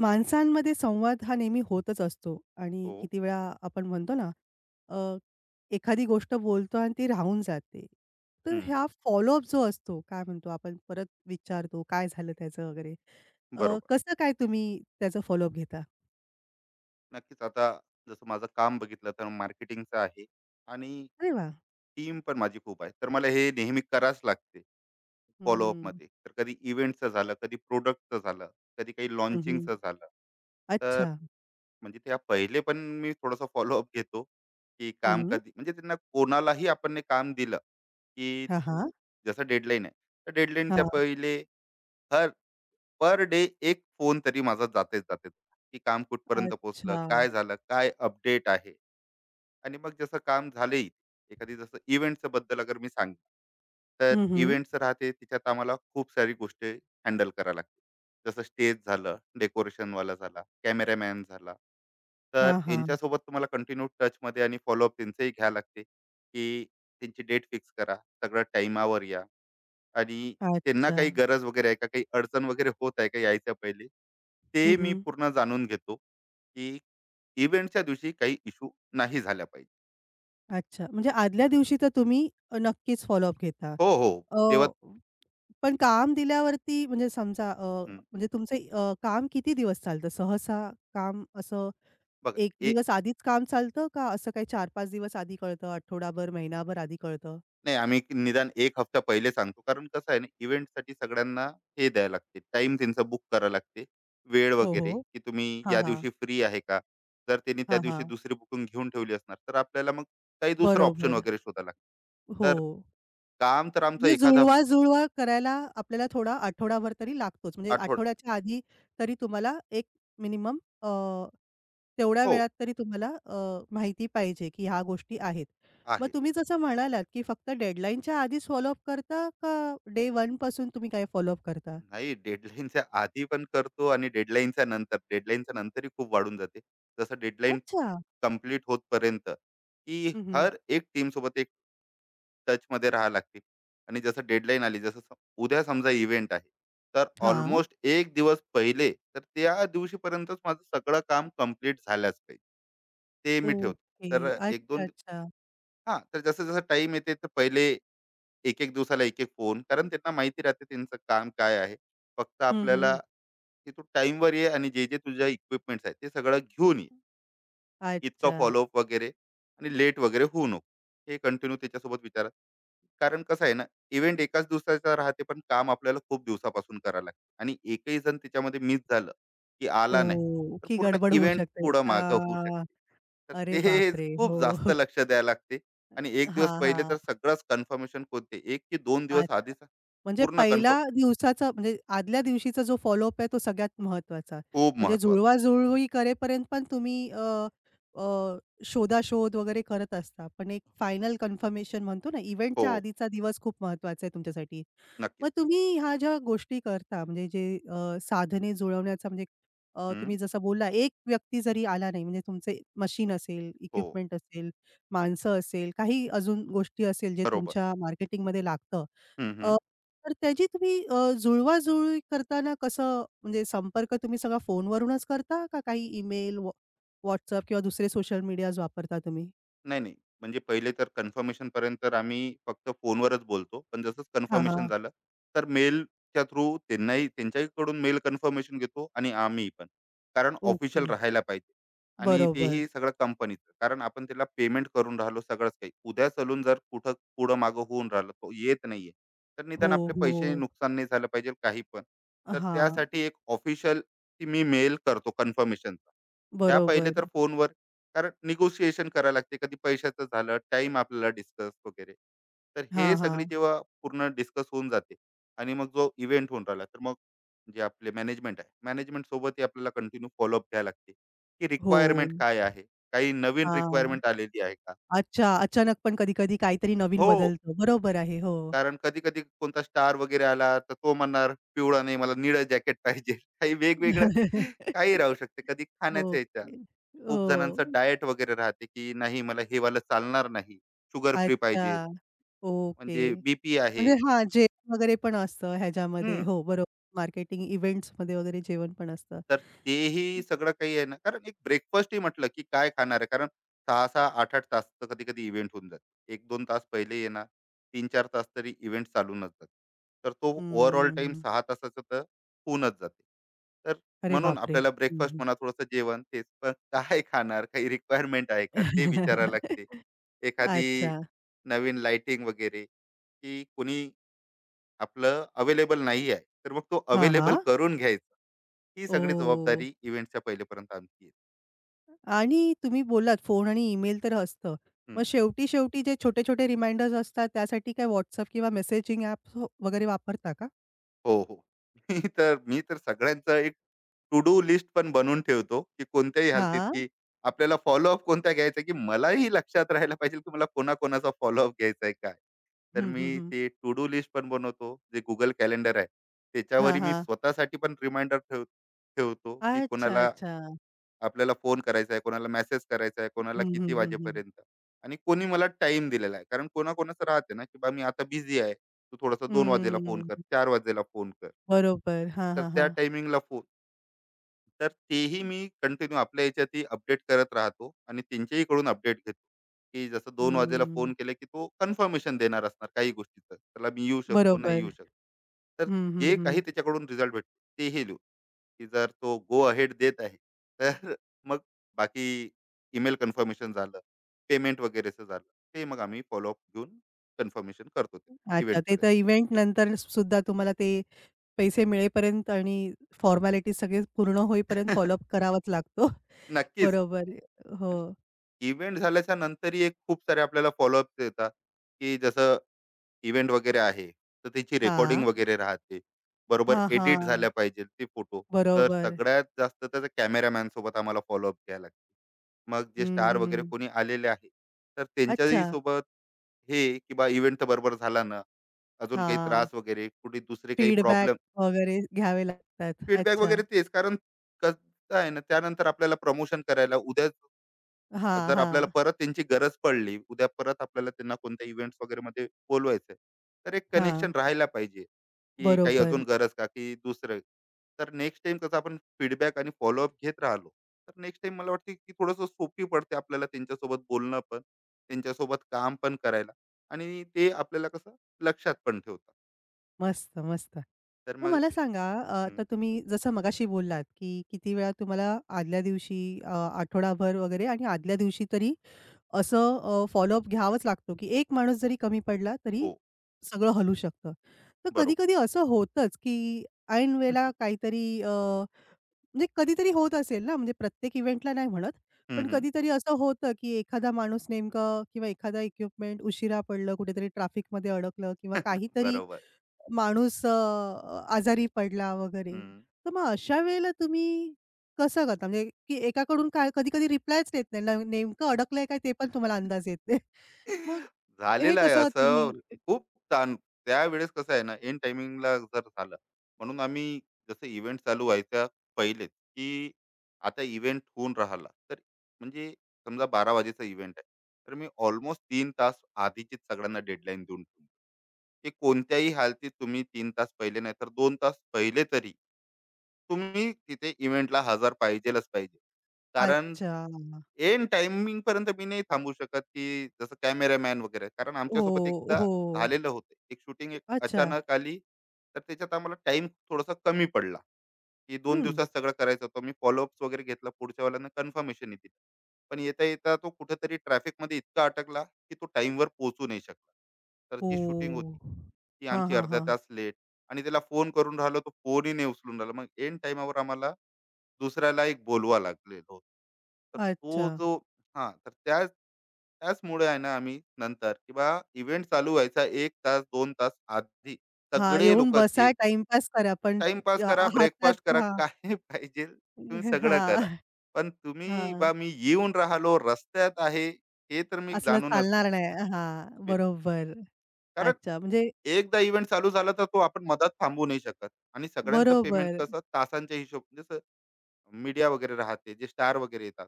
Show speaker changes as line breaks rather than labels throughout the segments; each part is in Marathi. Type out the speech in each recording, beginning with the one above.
माणसांमध्ये संवाद हा नेहमी होतच असतो आणि
हो.
किती वेळा आपण म्हणतो ना, अ, एखादी गोष्ट बोलतो आणि ती राहून जाते. तर
हं.
हा फॉलोअप जो असतो, काय म्हणतो आपण परत विचारतो, काय झालं त्याचं वगैरे. अ,
बरोबर.
कसं काय तुम्ही त्याचा फॉलोअप घेता?
नक्कीच आता जसं माझं काम बघितलं तर मार्केटिंगचं आहे आणि
अरे वा,
टीम पण माझी खूप आहे. तर मला हे नेहमी करावंच लागते
हं.
फॉलोअपमध्ये. तर कधी इव्हेंटचं झालं, कधी प्रोडक्टचं झालं, कधी काही
हं,
लॉन्चिंगचं झालं. तर
अच्छा.
म्हणजे त्या पहिले पण मी थोडंसं फॉलोअप घेतो, की काम
हं.
कधी म्हणजे त्यांना कोणालाही आपण ने काम दिलं, की
हां, हां.
जसं डेडलाईन आहे. तर डेडलाईनच्या
हां.
पहिले हर पर डे एक फोन तरी माझा जातेच जाते, की काम कुठपर्यंत पोहोचलं,
अच्छा.
काय झालं, काय अपडेट आहे. आणि मग जसं काम झाले एखादी जसं इव्हेंटचं बद्दल अगर मी सांग तर
हं, हं.
इव्हेंट्स राहते तिच्यात आम्हाला खूप सारी गोष्टी हँडल करायला लागते, जसं स्टेज झालं, डेकोरेशनवाला झाला, कॅमेरामॅन झाला. तर
हां,
यांच्यासोबत तुम्हाला कंटिन्यू टचमध्ये आणि फॉलोअप त्यांचंही घ्यावं लागते, की त्यांची डेट फिक्स करा, सगळं टाईमावर या आणि त्यांना
अच्छा.
काही गरज वगैरे आहे का, काही अडचण वगैरे होत आहे का, यायच्या पहिले ते मी
हं,
पूर्ण जाणून घेतो की इव्हेंटच्या दिवशी काही इशू नाही झाल्या पाहिजे.
अच्छा. म्हणजे आदल्या दिवशी तर तुम्ही नक्कीच फॉलोअप घेता.
हो, हो.
अ
तेव्हा
पण काम दिल्यावरती म्हणजे समजा
हं,
म्हणजे तुमचं काम किती दिवस चालतं? सहसा काम असं
बघा.
1
एक
दिवस आधीच काम चालतं का असं काही 4-5 दिवस आधी कळतं, आठवडाभर, महिनाभर आधी कळतं?
नाही आम्ही एक निदान एक हफ्ता पहिले सांगतो. कारण कसं आहे ना, इव्हेंटसाठी सगळ्यांना हे द्यायला लागते, टाइम त्यांचा बुक करावा लागते. वेळ
हो, हो.
वगैरे, की तुम्ही
हां,
या
हां.
दिवशी फ्री आहे का? जर त्यांनी त्या
हां,
दिवशी
हां.
दुसरी बुकिंग घेऊन ठेवली असणार, तर आपल्याला मग काही दुसरं ऑप्शन
बरोबर.
वगैरे शोधावं लागतं.
हो.
तर काम तर आमचं
म्हणजे
एखादा
जुळवा-जुळवा करायला आपल्याला थोडा आठवडाभर तरी लागतोच. म्हणजे
आठवडा.
आठवड्याच्या आधी तरी तुम्हाला एक मिनिमम तेवढ्या
हो,
वेळात तरी तुम्हाला माहिती पाहिजे, की ह्या गोष्टी आहेत. मग
आहे.
तुम्ही जसं म्हणालात, की फक्त डेडलाईनच्या आधीच फॉलोअप करता का डे 1 पासून तुम्ही काय फॉलोअप करता?
नाही, डेडलाईनच्या आधी पण करतो आणि डेडलाईनच्या नंतर, डेडलाईनच्या नंतरही खूप वाढून जाते, जसं डेडलाईन
अच्छा.
कम्प्लीट होतपर्यंत, की
हं, हं.
हर एक टीम सोबत एक टच मध्ये राहावं लागते. आणि जसं डेडलाईन आली, उद्या समजा इव्हेंट आहे, तर
हां.
ऑलमोस्ट एक दिवस पहिले तर त्या दिवशीपर्यंतच माझं सगळं काम कम्प्लीट झाल्याच पाहिजे, ते मी ठेवतो.
ओके.
तर
अच्छा, अच्छा.
हा, तर जसं जसं टाइम येते तर पहिले एक एक दिवसाला एक एक फोन, कारण त्यांना माहिती राहते त्यांचं काम काय आहे. फक्त
हं,
आपल्याला,
हं.
की तू टाईमवर ये आणि जे जे तुझ्या इक्विपमेंट्स आहेत ते सगळं घेऊन ये, इतका
अच्छा.
फॉलोअप वगैरे आणि लेट वगैरे होऊ नको, हे कंटिन्यू त्याच्यासोबत विचारा. कारण कसं आहे ना, इव्हेंट एकाच दिवसाचा राहते पण काम आपल्याला खूप दिवसापासून करावं लागतं, आणि एकही जण त्याच्यामध्ये मिस झालं, की आला नाही,
ओह!
तर
की
पूर्ण
गडबड होऊ
इव्हेंट
शकते.
पुढं मागं होऊ शकते. तर
अरे
ते
बापरे!
खूप
हो.
जास्त लक्ष द्यायला लागते. आणि एक दिवस
हां,
पहिले
हां.
तर सगळंच कन्फर्मेशन, कोणते एक की दोन दिवस
अच्छा.
आधीच
म्हणजे
पूर्ण कन्फर्म,
पहिला दिवसाचा म्हणजे आदल्या दिवशीचा जो फॉलोअप आहे तो सगळ्यात महत्वाचा.
खूप
म्हणजे
महत्वाचं.
जुळवा-जुळवी करेपर्यंत पण तुम्ही अ, अ, शोधाशोध वगैरे करत असता. पण एक फायनल कन्फर्मेशन म्हणतो ना,
हो
इव्हेंटच्या
हो,
आधीचा दिवस खूप महत्वाचा आहे तुमच्यासाठी.
नक्कीच.
मग तुम्ही ह्या ज्या गोष्टी करता म्हणजे जे साधने जुळवण्याचा म्हणजे
हम्म,
तुम्ही जसं बोलला एक व्यक्ती जरी आला नाही म्हणजे तुमचे मशीन असेल,
हो.
इक्विपमेंट असेल, माणसं असेल, काही अजून गोष्टी असेल जे
बरोबर.
तुमच्या मार्केटिंगमध्ये लागतं.
हं, हं.
अ, तर त्याची तुम्ही जुळवाजुळवी करताना कसं म्हणजे संपर्क तुम्ही सगळा फोनवरूनच करता का काही ईमेल, WhatsApp किंवा दुसरे सोशल मीडियाज वापरता तुम्ही?
नाही, नाही. म्हणजे पहिले तर कन्फर्मेशनपर्यंत आम्ही फक्त फोनवरच बोलतो. पण जसंच
हां,
कन्फर्मेशन
हां.
झालं, तर मेलच्या थ्रू त्यांनाही त्यांच्याकडून मेल कन्फर्मेशन घेतो आणि आम्ही पण. कारण ऑफिशियल
ओके.
राहायला पाहिजे आणि
बरोबर.
तेही सगळं कंपनीचं. कारण आपण त्याला पेमेंट करून राहिलो सगळंच काही. उद्या चालून जर कुठं पुढं-मागं होऊन राहिलं, तो येत नाहीये, तर
हो,
निदान आपले पैसे
हो.
नुकसान नाही झालं पाहिजे काही पण. तर
हां.
त्यासाठी एक ऑफिशियल मी मेल करतो कन्फर्मेशनचा. त्या पहिले
बरोबर.
तर फोनवर, कारण निगोशिएशन करायला लागते, कधी पैशाचं झालं, टाइम आपल्याला डिस्कस वगैरे. तर
हां,
हे सगळी
हां.
जेव्हा पूर्ण डिस्कस होऊन जाते, आणि मग जो इव्हेंट होऊन राहिला, तर मग जे आपले मॅनेजमेंट आहे, मॅनेजमेंट सोबतही आपल्याला कंटिन्यू फॉलोअप घ्यायला लागते, की
हो.
रिक्वायरमेंट काय आहे, काही नवीन
हां.
रिक्वायरमेंट आलेली आहे का.
अच्छा, अचानक पण कधी-कधी काहीतरी नवीन
हो,
बदलतं. बरोबर आहे. हो.
कारण कधी कधी कोणता स्टार वगैरे आला तर तो म्हणणार पिवळा नाही मला निळं जॅकेट पाहिजे. काही वेगवेगळं काही राहू शकते. कधी खाण्याच्या याच्या,
ओके.
खूप जणांचं
हो.
डाएट वगैरे राहते, की नाही मला हे वालं चालणार नाही. शुगर फ्री पाहिजे,
अच्छा. ओके.
म्हणजे बीपी आहे.
म्हणजे हां, जेवण वगैरे पण असतं ह्याच्यामध्ये.
हं.
हो, बरोबर. मार्केटिंग इव्हेंट्समध्ये वगैरे जेवण पण असतं.
तर तेही सगळं काही आहे ना, कारण एक ब्रेकफास्टही म्हटलं, की काय खाणार आहे. कारण 6-6, 8-8 तासचं कधी-कधी इव्हेंट होऊन जाते. एक दोन तास पहिले येणार, 3 चार तास तरी इव्हेंट चालूनच जाते. तर तो ओव्हरऑल टाइम
हम्म.
6 तासाचा तर होऊनच जाते. तर
अरे
म्हणून
बापरे!
आपल्याला
हं,
ब्रेकफास्ट
हं.
म्हणा, थोडंसं जेवण तेच. पण काय खाणार? काही रिक्वायरमेंट आहे का? ते विचारायला लागते. एखादी
अच्छा.
नवीन लाइटिंग वगैरे, की कोणी आपलं अवेलेबल नाही आहे, तर मग तो
हां,
अवेलेबल
हां.
करून घ्यायचा. ही सगळी
ओह!
जबाबदारी इव्हेंटच्या पहिलेपर्यंत आमची आहे.
आणि तुम्ही बोललात फोन आणि ईमेल तर असतं. मग
हम्म.
शेवटी-शेवटी जे छोटे-छोटे रिमाइंडर्स असतात त्यासाठी काय WhatsApp किंवा मेसेजिंग ॲप्स वगैरे वापरता का?
हो हो. मी तर सगळ्यांचं एक टू डू लिस्ट पण बनवून ठेवतो, की कोणत्याही हालतीत,
हां.
की आपल्याला फॉलोअप कोणता घ्यायचा, की मलाही लक्षात राहायला पाहिजे, की मला कोणाकोणाचा फॉलोअप घ्यायचा आहे काय. तर
हं, हं,
मी
हं.
ते टू डू लिस्ट पण बनवतो, जे गुगल कॅलेंडर आहे,
हां,
त्याच्यावरही मी
हां.
स्वतःसाठी पण रिमाइंडर ठेव ठेवतो, की
अच्छा,
कोणाला
अच्छा.
आपल्याला फोन करायचा आहे, कोणाला मेसेज करायचा आहे, कोणाला
हं, हं,
किती
हं, हं.
वाजेपर्यंत, आणि कोणी मला टाइम दिलेला आहे. कारण कोणाकोणाचं राहते ना, की बा मी आता बिझी आहे, तू थोडासा 2 वाजेला फोन कर,
हम्म.
4 वाजेला फोन कर.
बरोबर. हां,
तर
हां,
त्या
हां.
टायमिंगला फोन, तर तेही मी कंटिन्यू आपल्या याच्यातही अपडेट करत राहतो आणि त्यांच्याही कडून अपडेट घेतो, की जसं 2 वाजेला
हम्म.
फोन केला की तो कन्फर्मेशन देणार असणार काही गोष्टीचं, त्याला मी येऊ शकतो नाही येऊ
बरोबर.
शकतो, तर
हं, हं,
जे काही
हं.
त्याच्याकडून रिझल्ट भेटतो तेही लिहू, की जर तो गो अहेड देत आहे, तर मग बाकी ईमेल कन्फर्मेशन झालं, पेमेंट वगैरेचं झालं, ते मग आम्ही फॉलोअप घेऊन कन्फर्मेशन करतो ते
अच्छा, ते
इव्हेंटपर्यंत.
तर इव्हेंट नंतर सुद्धा तुम्हाला ते पैसे मिळेपर्यंत आणि फॉर्मॅलिटीज सगळे पूर्ण होईपर्यंत फॉलोअप करावाच लागतो.
नक्कीच.
बरोबर. हो.
आणि इव्हेंट झाल्याच्या नंतरही एक खूप सारे आपल्याला फॉलोअप्स येतात, की जसं इव्हेंट वगैरे आहे, तर त्याची रेकॉर्डिंग
हा,
वगैरे राहते. बरोबर
हा, हा,
एडिट झाल्या पाहिजेत ते फोटो. तर
बरोबर.
सगळ्यात जास्त त्याचा कॅमेरामॅन सोबत आम्हाला फॉलोअप घ्यायला लागते. मग जे
हं,
स्टार वगैरे
हं.
कोणी आलेले आहे, तर त्यांच्याही
अच्छा.
सोबत हे, की बा इव्हेंट तर बरोबर झाला ना, अजून
हा,
काही त्रास वगैरे, कुठे दुसरे काही
फीडबॅक
प्रॉब्लेम,
वगैरे घ्यावे लागतात.
फीडबॅक
अच्छा.
वगैरे तेच. कारण कसं आहे ना, त्यानंतर आपल्याला प्रमोशन करायला उद्या
हा
जर आपल्याला
हां.
परत त्यांची गरज पडली, उद्या परत आपल्याला त्यांना कोणत्या इव्हेंट्स वगैरेमध्ये बोलवायचंय, तर एक कनेक्शन
हां.
राहायला पाहिजे, की काही अजून
बरोबर.
गरज का, की दुसरं. तर नेक्स्ट टाईम कसं आपण फीडबॅक आणि फॉलोअप घेत राहिलो, तर नेक्स्ट टाईम मला वाटते, की थोडंसं सोपी पडते आपल्याला त्यांच्यासोबत बोलणं पण, त्यांच्यासोबत काम पण करायला, आणि ते आपल्याला कसं लक्षात पण ठेवतात.
मस्त, मस्त.
तर
मग
मग
मला सांगा
हं,
आता तुम्ही जसं मगाशी बोललात, की किती वेळा तुम्हाला आदल्या दिवशी आठवडाभर वगैरे आणि आदल्या दिवशी तरी असं फॉलोअप घ्यावाच लागतो, की एक माणूस जरी कमी पडला तरी
हो,
सगळं हलू शकतं. तर
बरोबर.
कधी-कधी असं होतंच, की ऐन वेळेला काहीतरी म्हणजे कधीतरी होत असेल ना, म्हणजे प्रत्येक इव्हेंटला नाही म्हणत,
हं,
पण
हं.
कधीतरी असं होतं, की एखादा माणूस नेमकं किंवा एखादा इक्विपमेंट उशिरा पडलं, कुठेतरी ट्रॅफिकमध्ये अडकलं किंवा काहीतरी
बरोबर.
माणूस आजारी पडला वगैरे.
हं.
तर मग अशा वेळेला तुम्ही कसं करता? म्हणजे की एकाकडून काय कधी-कधी रिप्लायच देत नाही. न नेमकं अडकलंय काय ते पण तुम्हाला अंदाज येत नाही. मग हे
झालेलं आहे
कसं
असं,
तुम्ही
खूप ताण. त्यावेळेस कसं आहे ना, एन टायमिंगला जर झालं, म्हणून आम्ही जसं इव्हेंट चालू व्हायच्या पहिलेच, की आता इव्हेंट होऊन राहिला, तर म्हणजे समजा 12 वाजेचा इव्हेंट आहे, तर मी ऑलमोस्ट 3 तास आधीचीच सगळ्यांना डेडलाईन देऊन ठेवली, की कोणत्याही हालतीत तुम्ही 3 तास पहिले नाही तर 2 तास पहिले तरी, तुम्ही तिथे इव्हेंटला हजर पाहिजेलच पाहिजे. कारण
अच्छा.
एन टाइमिंग पर्यंत मी नाही थांबू शकत, की जसं कॅमेरामॅन वगैरे. कारण
हो,
आमच्यासोबत एकदा
हो.
झालेलं होतं. एक शूटिंग एक
अच्छा.
अचानक आली, तर त्याच्यात आम्हाला टाईम थोडासा कमी पडला, की दोन
हं.
दिवसात सगळं करायचं होतं. मी फॉलोअप्स वगैरे घेतला, पुढच्या वाल्यानं कन्फर्मेशन दिली. पण येता-येता तो कुठेतरी ट्रॅफिकमध्ये इतका अटकला, की तो टाईमवर पोहोचू नाही शकला. तर जी शूटिंग होती
ओह!
की
हां,
आमची
हां,
अर्धा
हां.
तास लेट, आणि त्याला फोन करून राहिलो तो फोनही नाही उचलून राहिला. मग एंड टाईमावर आम्हाला दुसऱ्याला एक बोलवा लागलेलं होतं. तर तो
अच्छा.
जो हां, तर त्याच त्याचमुळे आहे ना, आम्ही नंतर किंवा इव्हेंट चालू व्हायचा एक तास, 2 तास आधी
हां,
सगळे
येऊन
लोकं जे
बसा, टाईमपास करा, पण
टाईमपास
अ,
करा,
हातात
ब्रेकफास्ट करा,
हां,
काही पाहिजे तुम्ही सगळं करा.
हां,
पण तुम्ही
हां.
बा मी येऊन राहिलो, रस्त्यात आहे, हे तर मी
असलं
जाणूनच नाही.
चालणार नाही. हां,
बिलकुल.
बरोबर.
कारण
अच्छा, म्हणजे
एकदा इव्हेंट चालू झाला तर तो आपण मधात थांबवू नाही शकत, आणि सगळ्यांचं पेमेंट
बरोबर.
कसं तासांच्या हिशोब, जसं मीडिया वगैरे राहते, जे स्टार वगैरे येतात,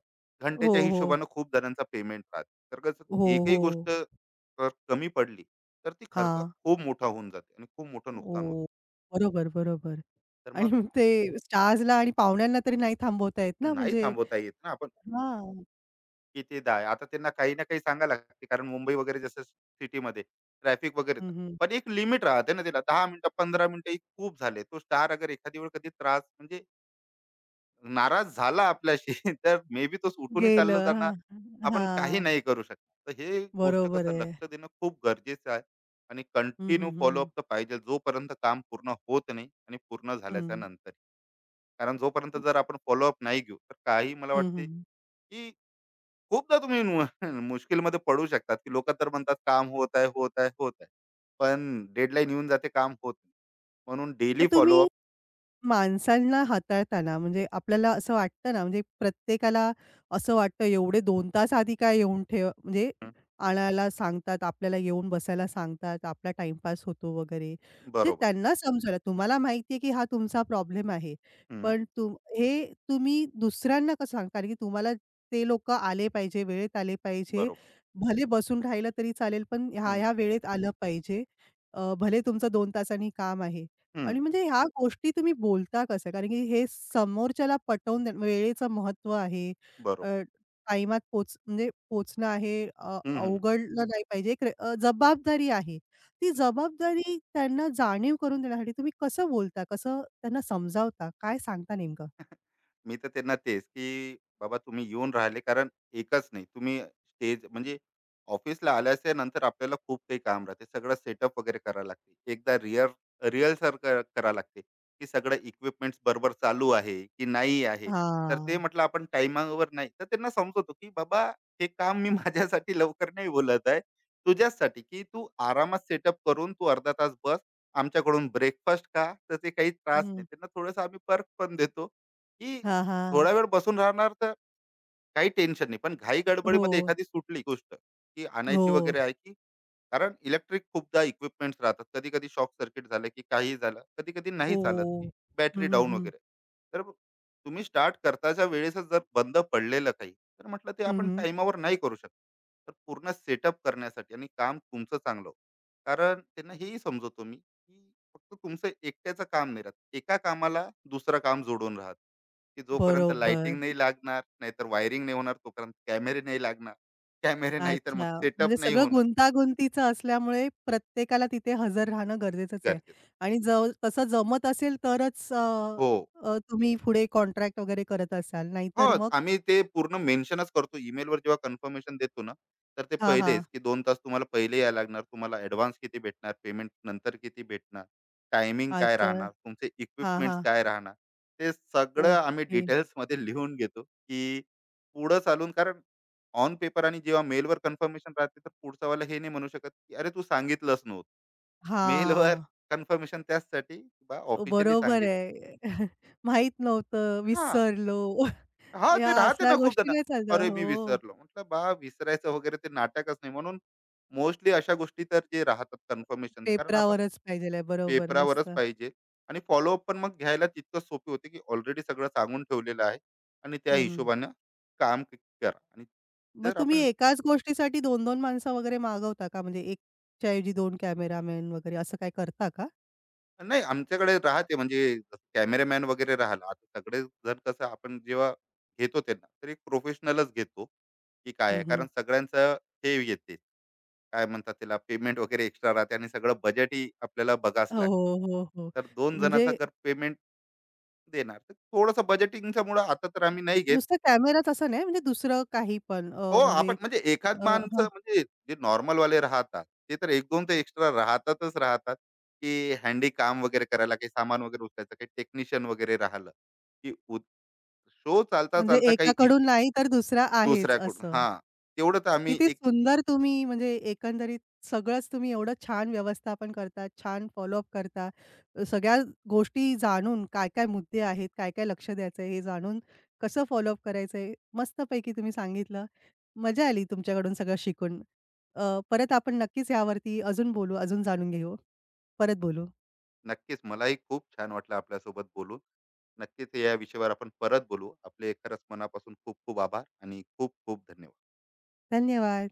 हो,
घंटेच्या
हो,
हिशोबानं खूप जणांचा पेमेंट राहते. तर कसं
हो,
एकही
हो.
गोष्ट जर कमी पडली, तर ती खर्च
हां.
खूप मोठा होऊन जाते आणि खूप मोठं नुकसान होतं.
ओह! बरोबर, बरोबर.
तर
आणि
मग
मग ते स्टार्सला आणि पाहुण्यांना तरी नाही थांबवता येत ना,
नाही
म्हणजे
थांबवता येत ना आपण,
हां.
किती दाय आता त्यांना काही ना काही सांगायला लागते. कारण मुंबई वगैरे जसं सिटीमध्ये ट्रॅफिक वगैरे,
हं, हं.
पण एक लिमिट राहते ना त्याला, 10 मिनिटं 15 मिनिटं ही खूप झाले. तो स्टार अगर एखादी वेळ कधी त्रास म्हणजे नाराज झाला आपल्याशी, तर मे बी तो उठूनही चाललं
गेलं.
जाणार.
हां,
आपण काही
हां.
नाही करू शकत. तर हे गोष्ट
बरोबर
कसं
आहे.
लक्ष देणं खूप गरजेचं आहे, आणि
हं, हं,
कंटिन्यू फॉलोअप
हं.
तर पाहिजे जोपर्यंत काम पूर्ण होत नाही आणि पूर्ण झाल्याच्या
हं.
नंतर. कारण जोपर्यंत जर आपण फॉलोअप नाही घेऊ, तर काही मला
हं,
वाटते,
हं.
की खूपदा तुम्ही मु मुश्किलमध्ये पडू शकतात, की लोकं तर म्हणतात काम होत आहे, होत आहे, होत आहे. पण डेडलाईन येऊन जाते काम होत नाही. म्हणून
मग
डेली
तुम्ही
फॉलोअप.
माणसांना हाताळताना म्हणजे आपल्याला असं वाटतं ना, म्हणजे प्रत्येकाला असं वाटतं एवढे 2 तास आधी काय येऊन ठेव म्हणजे आणायला सांगतात, आपल्याला येऊन बसायला सांगतात, आपला टाईमपास होतो वगैरे. म्हणजे
बरोबर.
त्यांना समजवलं तुम्हाला माहिती आहे की हा तुमचा प्रॉब्लेम आहे.
हं,
पण हे तुम्ही दुसऱ्यांना कसं सांगता? कारण की तुम्हाला ते लोकं आले पाहिजे, वेळेत आले पाहिजे.
बरोबर.
भले बसून राहिलं तरी चालेल, पण
हं,
ह्या-ह्या वेळेत आलं पाहिजे. भले तुमचं 2 तासांनी काम आहे.
हं,
आणि म्हणजे ह्या गोष्टी तुम्ही बोलता कसं? कारण की हे समोरच्याला पटवून देणं वेळेचं महत्त्व आहे.
बरोबर.
अ, टाईमात पोच म्हणजे पोहोचणं आहे.
हं, हं.
अवघडलं नाही पाहिजे. जबाबदारी आहे. ती जबाबदारी त्यांना जाणीव करून देण्यासाठी तुम्ही कसं बोलता? कसं त्यांना समजावता? काय सांगता नेमकं?
मी तर त्यांना तेच, की बाबा तुम्ही येऊन राहिले कारण एकच नाही. तुम्ही स्टेज म्हणजे ऑफिसला आल्याच्या नंतर आपल्याला खूप काही काम राहते. सगळं सेटअप वगैरे करावं लागते. एकदा रिहर्सल करावं लागते, की सगळं इक्विपमेंट्स बरोबर चालू आहे, की नाही आहे. तर ते
हां.
म्हटलं आपण टाईमावर नाही, तर त्यांना समजवतो, की "बाबा हे काम मी माझ्यासाठी लवकर नाही बोलत आहे. तुझ्याचसाठी, की तू आरामात सेटअप करून तू अर्धा तास बस. आमच्याकडून ब्रेकफास्ट खा." तर ते काही त्रास नाही.
हं.
त्यांना थोडंसं आम्ही पर्क पण देतो, की
हां, हां.
थोडा वेळ बसून राहणार तर काही टेन्शन नाही. पण
हो.
घाई-गडबडीमध्ये एखादी सुटली गोष्ट, की
हो.
आणायची वगैरे आहे, की कारण इलेक्ट्रिक खूपदा इक्विपमेंट्स राहतात. कधी-कधी शॉक सर्किट झालं, की काही झालं. कधी-कधी नाही चालत, की
ओ. हं,
बॅटरी
हं,
डाउन
हं.
वगैरे. तर तुम्ही स्टार्ट करताच्या वेळेसच जर बंद पडलेलं काही, तर म्हटलं ते आपण
हं,
टाईमावर नाही करू शकत. तर पूर्ण सेटअप करण्यासाठी आणि काम तुमचं चांगलं हो. कारण त्यांना हेही समजवतो मी, की फक्त तुमचं एकट्याचं काम नाही राहत. एका कामाला दुसरं काम जोडून राहतं. की जोपर्यंत लाइटिंग
बरोबर.
नाही लागणार, नाहीतर वायरिंग नाही होणार, तोपर्यंत कॅमेरे नाही लागणार. कॅमेरे नाही तर मग
अच्छा. म्हणजे
सेटअप नाही
सगळं
होणार.
गुंतागुंतीचं असल्यामुळे प्रत्येकाला तिथे हजर राहणं गरजेचंच आहे
गरजेचं.
आणि जव तसं जमत असेल तरच अ,
हो.
अ, तुम्ही पुढे कॉन्ट्रॅक्ट वगैरे करत असाल,
हो,
नाहीतर मग
आम्ही ते पूर्ण मेन्शनच करतो. ईमेलवर जेव्हा कन्फर्मेशन देतो ना, तर ते
हां, हां.
पहिलेच, की 2 तास तुम्हाला पहिले यायला लागणार. तुम्हाला ॲडव्हान्स किती भेटणार, पेमेंट नंतर किती भेटणार, टायमिंग काय
अच्छा.
राहणार, तुमचे
हां,
इक्विपमेंट्स
हां.
काय राहणार. ते सगळं आम्ही
ओके.
डिटेल्समध्ये लिहून घेतो, की पुढं चालून, कारण ऑन पेपर आणि जेव्हा मेलवर कन्फर्मेशन राहते, तर पुढचावाला हे नाही म्हणू शकत, की "अरे, तू सांगितलंच नव्हतं." मेलवर
हां.
कन्फर्मेशन त्याचसाठी, बा ऑफिशियली
बरोबर
सांगितलं.
आहे. माहीत नव्हतं,
हां.
विसरलो.
हां,
या
ते राहते
असल्या
ना खूप
गोष्टी
जण.
नाही चालतं.
"अरे, मी
हो.
विसरलो." म्हटलं, "बा विसरायचं वगैरे ते नाटकच नाही." म्हणून मोस्टली अशा गोष्टी तर जे राहतात कन्फर्मेशनचं, कारण आपण
पेपरावरच पाहिजे आहे. बरोबर. मस्त.
पेपरावरच पाहिजे. आणि फॉलोअप पण मग घ्यायला तितकं सोपी होते, की ऑलरेडी सगळं सांगून ठेवलेलं आहे आणि त्या
हं, हं.
हिशोबानं काम करा. आणि
मग
जर
तुम्ही
आपण
एकाच गोष्टीसाठी 2 माणसं वगैरे मागवता का? म्हणजे 1 च्या ऐवजी 2 कॅमेरामॅन वगैरे असं काय करता का?
नाही, आमच्याकडे राहते म्हणजे कॅमेरामॅन वगैरे राहिला. आता सगळेजण कसं आपण जेव्हा घेतो त्यांना, तर एक प्रोफेशनलच घेतो, की काय
हं,
आहे,
हं.
कारण सगळ्यांचं हे येते, काय म्हणतात त्याला, पेमेंट वगैरे एक्स्ट्रा राहते आणि सगळं बजेटही आपल्याला बघाच
हो,
लागते.
हो, हो, हो.
तर दोन जणाचा
म्हणजे
जर पेमेंट देणार, तर थोडंसं बजेटिंगच्या मुळे आता तर आम्ही नाही घेत.
नुसता कॅमेराच असं नाही म्हणजे दुसरं काही पण
हो, आपण
म्हणजे
म्हणजे एखाद
अ, हां,
माणसं म्हणजे जे नॉर्मल वाले राहतात ते तर एक दोन तर एक्स्ट्रा राहतातच राहतात, की हँडी काम वगैरे करायला, काही सामान वगैरे उचलायचं, काही टेक्निशियन वगैरे राहिलं, की शो चालता
म्हणजे
चालता काही
एकाकडून नाही तर दुसरा आहेच
दुसऱ्याकडून
असं.
हा. तेवढं तर आम्ही
किती
एक.
सुंदर तुम्ही म्हणजे एकंदरीत सगळंच तुम्ही एवढं छान व्यवस्थापन करता, छान फॉलोअप करता. सगळ्या गोष्टी जाणून काय-काय मुद्दे आहेत, काय-काय लक्ष द्यायचं आहे, हे जाणून कसं फॉलोअप करायचं आहे, मस्तपैकी तुम्ही सांगितलं. मजा आली तुमच्याकडून सगळं शिकून. अ, परत आपण नक्कीच यावरती अजून बोलू, अजून जाणून घेऊ. परत बोलू.
नक्कीच, मलाही खूप छान वाटलं आपल्यासोबत बोलून. नक्कीच या विषयावर आपण परत बोलू. आपले खरंच मनापासून खूप खूप आभार आणि खूप खूप धन्यवाद.
धन्यवाद.